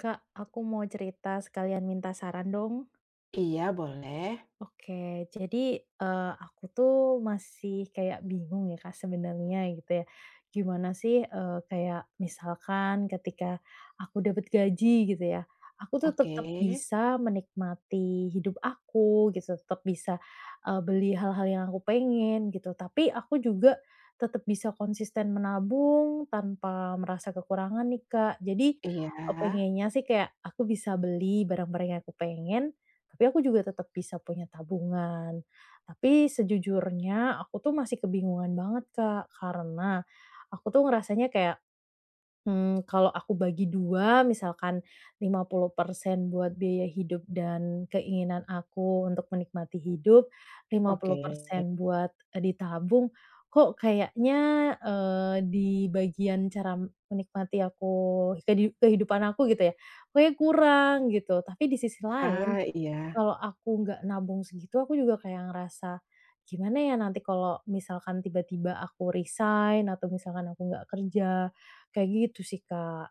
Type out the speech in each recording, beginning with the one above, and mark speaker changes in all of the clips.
Speaker 1: Kak, aku mau cerita sekalian minta saran dong.
Speaker 2: Iya boleh,
Speaker 1: Oke, jadi, aku tuh masih kayak bingung ya, Kak, sebenarnya gitu ya. Gimana sih, kayak misalkan ketika aku dapat gaji gitu ya, aku tuh
Speaker 2: oke,
Speaker 1: tetap bisa menikmati hidup aku gitu, tetap bisa, beli hal-hal yang aku pengen gitu, tapi aku juga tetap bisa konsisten menabung tanpa merasa kekurangan nih, Kak. Jadi,
Speaker 2: iya,
Speaker 1: pengennya sih kayak aku bisa beli barang-barang yang aku pengen tapi aku juga tetap bisa punya tabungan. Tapi sejujurnya aku tuh masih kebingungan banget, Kak, karena aku tuh ngerasanya kayak, kalau aku bagi 2 misalkan 50% buat biaya hidup dan keinginan aku untuk menikmati hidup, lima
Speaker 2: oke,
Speaker 1: puluh persen buat, ditabung, kok kayaknya, di bagian cara menikmati aku kehidupan aku gitu ya, kayak kurang gitu. Tapi di sisi lain
Speaker 2: ah, iya.
Speaker 1: kalau aku nggak nabung segitu, aku juga kayak ngerasa, "Gimana ya nanti kalau misalkan tiba-tiba aku resign atau misalkan aku nggak kerja?" Kayak gitu sih, Kak.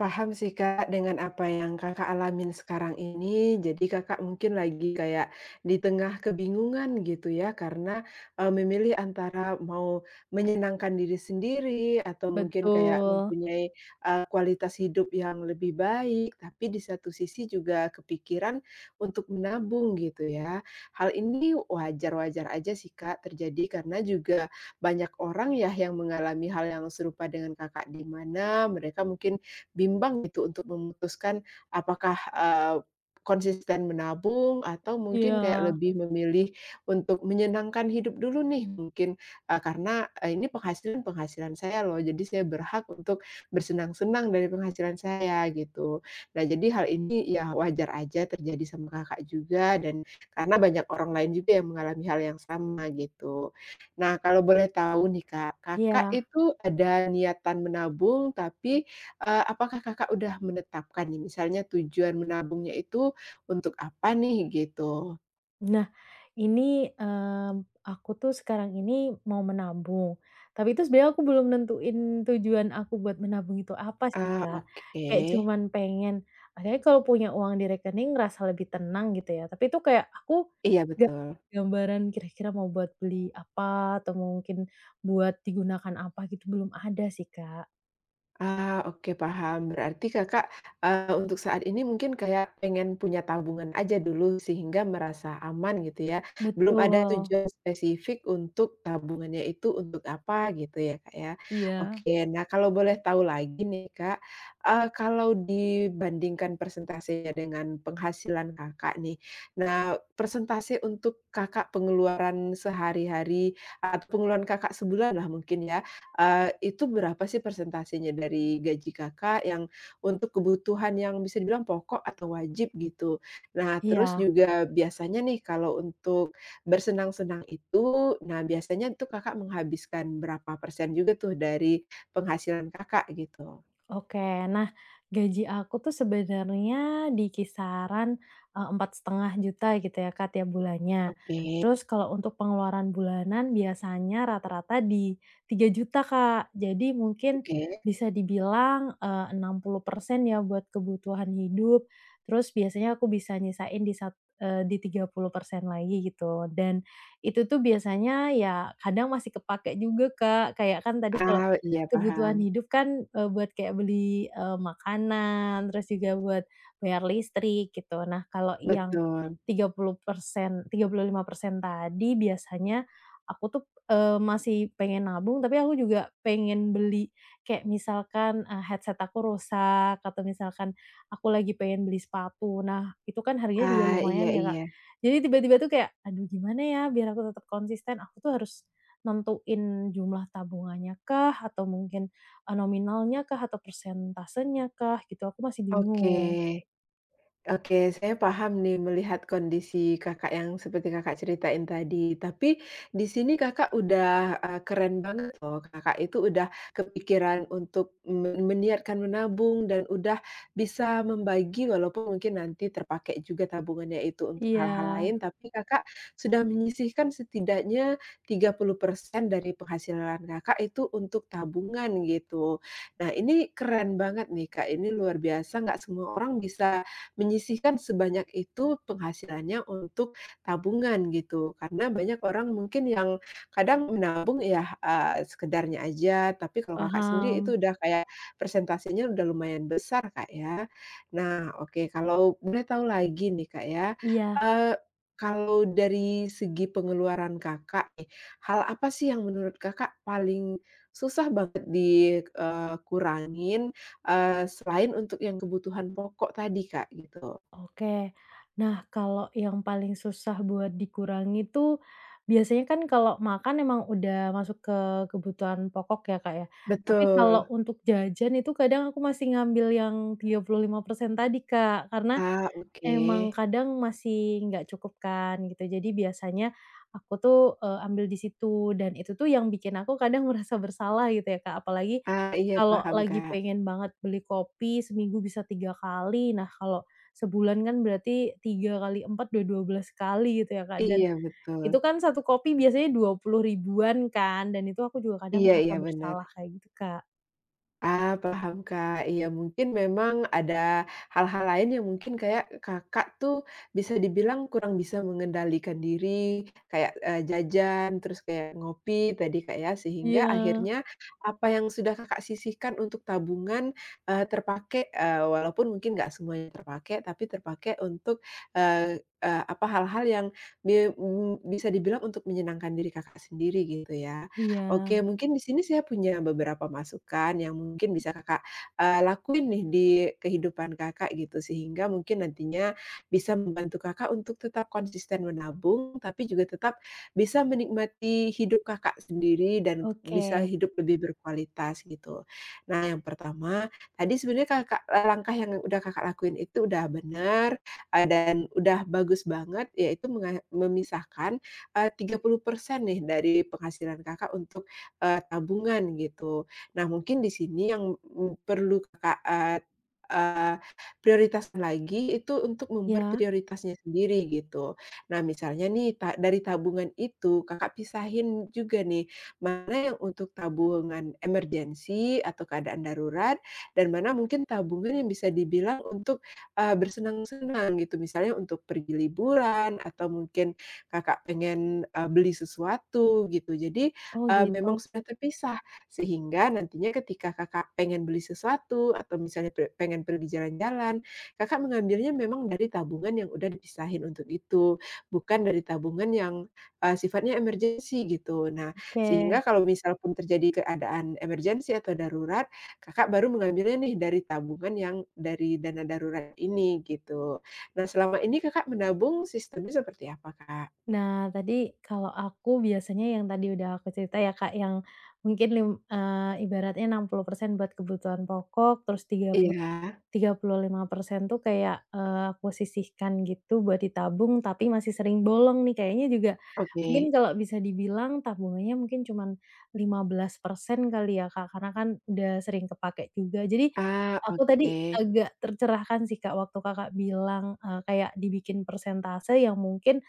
Speaker 2: Paham sih Kak, dengan apa yang Kakak alamin sekarang ini. Jadi Kakak mungkin lagi kayak di tengah kebingungan gitu ya, karena, memilih antara mau menyenangkan diri sendiri atau mungkin kayak
Speaker 1: Betul.
Speaker 2: mempunyai, kualitas hidup yang lebih baik, tapi di satu sisi juga kepikiran untuk menabung gitu ya. Hal ini wajar-wajar aja sih Kak terjadi, karena juga banyak orang ya yang mengalami hal yang serupa dengan Kakak, di mana mereka mungkin bimbang gitu untuk memutuskan apakah, konsisten menabung atau mungkin
Speaker 1: Iya.
Speaker 2: kayak lebih memilih untuk menyenangkan hidup dulu nih mungkin, karena, ini penghasilan-penghasilan saya loh, jadi saya berhak untuk bersenang-senang dari penghasilan saya gitu. Nah jadi hal ini ya wajar aja terjadi sama Kakak juga dan karena banyak orang lain juga yang mengalami hal yang sama gitu. Nah kalau boleh tahu nih Kak, Kakak
Speaker 1: Iya.
Speaker 2: itu ada niatan menabung tapi, apakah Kakak udah menetapkan nih misalnya tujuan menabungnya itu untuk apa nih gitu?
Speaker 1: Nah, ini, aku tuh sekarang ini mau menabung, tapi itu sebenarnya aku belum nentuin tujuan aku buat menabung itu apa sih,
Speaker 2: Ah,
Speaker 1: Kak.
Speaker 2: oke.
Speaker 1: Kayak cuman pengen, akhirnya kalau punya uang di rekening ngerasa lebih tenang gitu ya, tapi itu kayak aku
Speaker 2: Iya
Speaker 1: nggak
Speaker 2: betul.
Speaker 1: gambaran kira-kira mau buat beli apa atau mungkin buat digunakan apa gitu belum ada sih, Kak.
Speaker 2: Ah, oke paham. Berarti Kakak, untuk saat ini mungkin kayak pengen punya tabungan aja dulu sehingga merasa aman gitu ya. Belum ada
Speaker 1: Betul.
Speaker 2: tujuan spesifik untuk tabungannya itu untuk apa gitu ya, Kak, ya.
Speaker 1: Iya.
Speaker 2: Oke, nah kalau boleh tahu lagi nih, Kak, kalau dibandingkan persentasenya dengan penghasilan Kakak nih, nah persentase untuk Kakak pengeluaran sehari-hari atau pengeluaran Kakak sebulan lah mungkin ya, itu berapa sih persentasenya dari gaji Kakak yang untuk kebutuhan yang bisa dibilang pokok atau wajib gitu? Nah, terus
Speaker 1: Iya.
Speaker 2: juga biasanya nih kalau untuk bersenang-senang itu, nah biasanya tuh Kakak menghabiskan berapa persen juga tuh dari penghasilan Kakak gitu?
Speaker 1: Oke, nah gaji aku tuh sebenarnya di kisaran, 4,5 juta gitu ya, Kak, tiap bulannya.
Speaker 2: Oke
Speaker 1: Terus kalau untuk pengeluaran bulanan biasanya rata-rata di 3 juta Kak. Jadi mungkin
Speaker 2: oke.
Speaker 1: bisa dibilang, 60% ya buat kebutuhan hidup, terus biasanya aku bisa nyisain di 30% lagi gitu. Dan itu tuh biasanya ya kadang masih kepakai juga, Kak, kayak kan tadi kalau
Speaker 2: Ah, iya paham.
Speaker 1: kebutuhan hidup kan, buat kayak beli, makanan, terus juga buat bayar listrik gitu. Nah, kalau yang
Speaker 2: Betul.
Speaker 1: tiga tiga puluh puluh persen 35% tadi biasanya aku tuh, masih pengen nabung, tapi aku juga pengen beli kayak misalkan, headset aku rusak atau misalkan aku lagi pengen beli sepatu. Nah, itu kan harganya juga
Speaker 2: Ah, iya
Speaker 1: lumayan ya, Kak.
Speaker 2: iya.
Speaker 1: Jadi tiba-tiba tuh kayak, "Aduh gimana ya biar aku tetap konsisten?" Aku tuh harus nentuin jumlah tabungannya kah, atau mungkin, nominalnya kah, atau persentasenya kah, gitu, aku masih
Speaker 2: Oke.
Speaker 1: bingung.
Speaker 2: Oke, saya paham nih melihat kondisi Kakak yang seperti Kakak ceritain tadi. Tapi di sini Kakak udah, keren banget loh, Kakak itu udah kepikiran untuk meniatkan menabung dan udah bisa membagi walaupun mungkin nanti terpakai juga tabungannya itu untuk
Speaker 1: Iya,
Speaker 2: hal-hal lain, tapi Kakak sudah menyisihkan setidaknya 30% dari penghasilan Kakak itu untuk tabungan gitu. Nah ini keren banget nih, Kak, ini luar biasa nggak semua orang bisa menyisihkan sebanyak itu penghasilannya untuk tabungan gitu. Karena banyak orang mungkin yang kadang menabung ya, sekedarnya aja, tapi kalau Kakak sendiri itu
Speaker 1: paham.
Speaker 2: udah kayak persentasenya udah lumayan besar, Kak, ya. Nah, oke kalau boleh tahu lagi nih, Kak, ya,
Speaker 1: Iya,
Speaker 2: eee, kalau dari segi pengeluaran Kakak nih, hal apa sih yang menurut Kakak paling susah banget dikurangin. Selain untuk yang kebutuhan pokok tadi, Kak, gitu.
Speaker 1: oke. Nah, kalau yang paling susah buat dikurangi tuh, biasanya kan kalau makan emang udah masuk ke kebutuhan pokok ya, Kak, ya. Tapi kalau
Speaker 2: Betul.
Speaker 1: untuk jajan itu kadang aku masih ngambil yang 35% tadi, Kak, karena
Speaker 2: Ah, oke.
Speaker 1: emang kadang masih nggak cukup kan gitu, jadi biasanya aku tuh, ambil di situ dan itu tuh yang bikin aku kadang merasa bersalah gitu ya Kak, apalagi
Speaker 2: Ah, iya
Speaker 1: kalau
Speaker 2: paham,
Speaker 1: lagi
Speaker 2: Kak.
Speaker 1: pengen banget beli kopi seminggu bisa 3 kali, nah kalau sebulan kan berarti 3 kali 4 udah 12 kali gitu ya Kak, dan
Speaker 2: Iya
Speaker 1: itu
Speaker 2: betul.
Speaker 1: kan satu kopi biasanya 20 ribuan kan, dan itu aku juga kadang
Speaker 2: Iya
Speaker 1: merasa
Speaker 2: iya bener.
Speaker 1: bersalah kayak gitu Kak.
Speaker 2: Ah, paham, Kak. Iya, mungkin memang ada hal-hal lain yang mungkin kayak Kakak tuh bisa dibilang kurang bisa mengendalikan diri, kayak, jajan, terus kayak ngopi tadi, Kak, ya,
Speaker 1: Iya
Speaker 2: sehingga akhirnya apa yang sudah Kakak sisihkan untuk tabungan, terpakai, walaupun mungkin nggak semuanya terpakai, tapi terpakai untuk, eee eee, apa, hal-hal yang bisa dibilang untuk menyenangkan diri Kakak sendiri gitu ya.
Speaker 1: iya,
Speaker 2: Oke, mungkin di sini saya punya beberapa masukan yang mungkin bisa Kakak, lakuin nih di kehidupan Kakak gitu, sehingga mungkin nantinya bisa membantu Kakak untuk tetap konsisten menabung, tapi juga tetap bisa menikmati hidup Kakak sendiri dan
Speaker 1: oke,
Speaker 2: bisa hidup lebih berkualitas gitu. Nah, yang pertama, tadi sebenarnya Kakak langkah yang udah Kakak lakuin itu udah benar, dan udah bagus banget, yaitu memisahkan eh, 30% nih dari penghasilan Kakak untuk, tabungan gitu. Nah mungkin di sini yang, perlu Kakak, eee eee, prioritaskan lagi itu untuk membuat
Speaker 1: ya.
Speaker 2: prioritasnya sendiri gitu. Nah misalnya nih dari tabungan itu Kakak pisahin juga nih, mana yang untuk tabungan emergensi atau keadaan darurat, dan mana mungkin tabungan yang bisa dibilang untuk, bersenang-senang gitu. Misalnya untuk pergi liburan atau mungkin, Kakak pengen, beli sesuatu gitu. Jadi,
Speaker 1: Oh
Speaker 2: memang
Speaker 1: gitu,
Speaker 2: sudah terpisah sehingga nantinya ketika Kakak pengen beli sesuatu atau misalnya pengen pergi jalan-jalan, Kakak mengambilnya memang dari tabungan yang udah dipisahin untuk itu, bukan dari tabungan yang, sifatnya emergency gitu. Nah,
Speaker 1: oke.
Speaker 2: sehingga kalau misal pun terjadi keadaan emergency atau darurat, Kakak baru mengambilnya nih dari tabungan yang dari dana darurat ini gitu. Nah, selama ini Kakak menabung sistemnya seperti apa, Kak?
Speaker 1: Nah, tadi kalau aku biasanya yang tadi udah aku cerita ya, Kak, yang mungkin ibaratnya 60% buat kebutuhan pokok, terus
Speaker 2: Iya,
Speaker 1: 35% tuh kayak, aku sisihkan gitu buat ditabung, tapi masih sering bolong nih kayaknya juga
Speaker 2: oke.
Speaker 1: mungkin kalau bisa dibilang tabungannya mungkin cuman 15% kali ya, Kak, karena kan udah sering kepakai juga. Jadi
Speaker 2: Ah,
Speaker 1: aku tadi
Speaker 2: oke.
Speaker 1: agak tercerahkan sih, Kak, waktu Kakak bilang, kayak dibikin persentase yang mungkin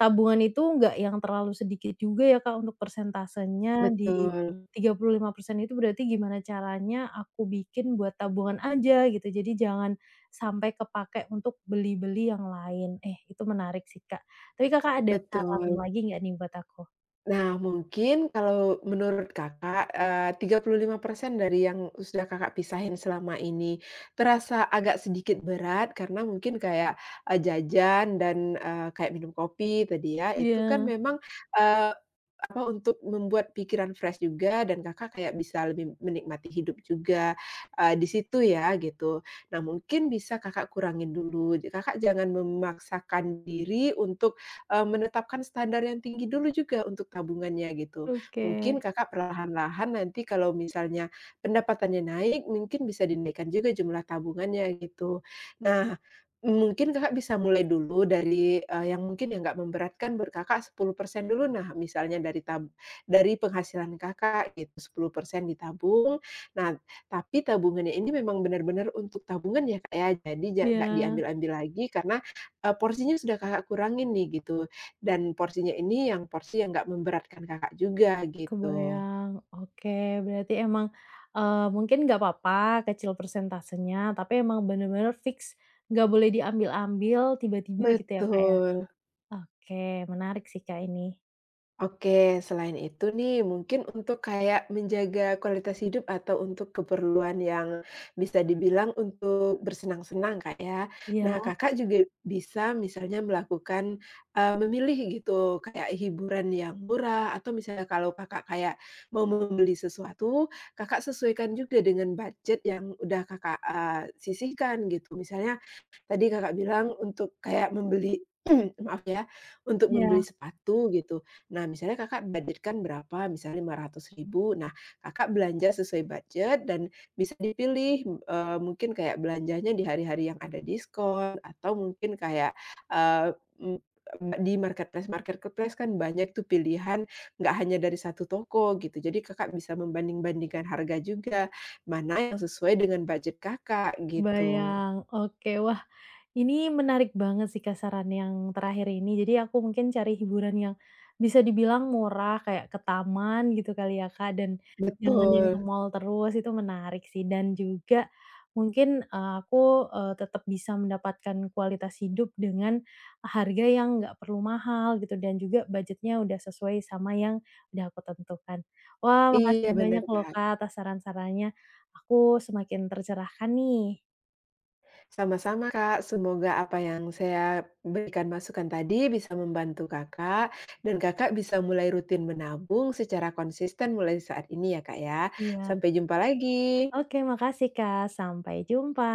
Speaker 1: tabungan itu nggak yang terlalu sedikit juga ya, Kak, untuk persentasenya di
Speaker 2: Betul
Speaker 1: 35% itu berarti gimana caranya aku bikin buat tabungan aja gitu, jadi jangan sampai kepakai untuk beli-beli yang lain. Eh, itu menarik sih, Kak. Tapi Kakak ada saran
Speaker 2: betul.
Speaker 1: lagi nggak nih buat aku?
Speaker 2: Nah, mungkin kalau menurut Kakak, 35% dari yang sudah Kakak pisahin selama ini, terasa agak sedikit berat karena mungkin kayak, jajan dan, kayak minum kopi tadi ya, itu kan
Speaker 1: Iya,
Speaker 2: memang, eee apa, untuk membuat pikiran fresh juga dan Kakak kayak bisa lebih menikmati hidup juga, di situ ya gitu. Nah mungkin bisa Kakak kurangin dulu, Kakak jangan memaksakan diri untuk, menetapkan standar yang tinggi dulu juga untuk tabungannya gitu.
Speaker 1: oke.
Speaker 2: Mungkin Kakak perlahan-lahan nanti kalau misalnya pendapatannya naik, mungkin bisa dinaikkan juga jumlah tabungannya gitu. Nah mungkin Kakak bisa mulai dulu dari, yang mungkin yang nggak memberatkan buat Kakak 10% dulu. Nah, misalnya dari dari penghasilan Kakak gitu, 10% ditabung. Nah, tapi tabungannya ini memang benar-benar untuk tabungan ya, Kak, ya. Jadi nggak
Speaker 1: Iya.
Speaker 2: diambil-ambil lagi karena, porsinya sudah Kakak kurangin nih gitu, dan porsinya ini yang porsi yang nggak memberatkan Kakak juga gitu.
Speaker 1: Kebayang. Oke, berarti emang, mungkin nggak apa-apa kecil persentasenya, tapi emang bener-bener fix nggak boleh diambil-ambil tiba-tiba gitu ya, Kak, ya?
Speaker 2: Betul.
Speaker 1: Oke, menarik sih, Kak, ini.
Speaker 2: Oke, selain itu nih, mungkin untuk kayak menjaga kualitas hidup atau untuk keperluan yang bisa dibilang untuk bersenang-senang, Kak, ya.
Speaker 1: Iya
Speaker 2: Nah, Kakak juga bisa misalnya melakukan, memilih gitu, kayak hiburan yang murah atau misalnya kalau Kakak kayak mau membeli sesuatu, Kakak sesuaikan juga dengan budget yang udah Kakak, sisihkan gitu. Misalnya tadi Kakak bilang untuk kayak membeli maaf ya, untuk membeli
Speaker 1: iya.
Speaker 2: sepatu gitu. Nah, misalnya Kakak budgetkan berapa, misalnya Rp500.000. Nah, Kakak belanja sesuai budget dan bisa dipilih, mungkin kayak belanjanya di hari-hari yang ada diskon atau mungkin kayak, eee, m di marketplace-marketplace kan banyak tuh pilihan, nggak hanya dari satu toko gitu. Jadi Kakak bisa membanding-bandingkan harga juga, mana yang sesuai dengan budget Kakak gitu.
Speaker 1: Kebayang, oke. Wah, ini menarik banget sih, Kak, saran yang terakhir ini. Jadi aku mungkin cari hiburan yang bisa dibilang murah, kayak ke taman gitu kali ya, Kak, dan jangan yang ke
Speaker 2: Betul.
Speaker 1: mall terus, itu menarik sih. Dan juga mungkin, aku, tetap bisa mendapatkan kualitas hidup dengan harga yang nggak perlu mahal gitu dan juga budgetnya udah sesuai sama yang udah aku tentukan. Wah,
Speaker 2: Iya
Speaker 1: makasih
Speaker 2: benar
Speaker 1: banyak loh,
Speaker 2: Kak.
Speaker 1: Kak, atas saran-sarannya. Aku semakin tercerahkan nih.
Speaker 2: Sama-sama, Kak. Semoga apa yang saya berikan masukan tadi bisa membantu Kakak, dan Kakak bisa mulai rutin menabung secara konsisten mulai saat ini ya, Kak, ya.
Speaker 1: Iya.
Speaker 2: Sampai jumpa lagi.
Speaker 1: Oke, makasih Kak. Sampai jumpa.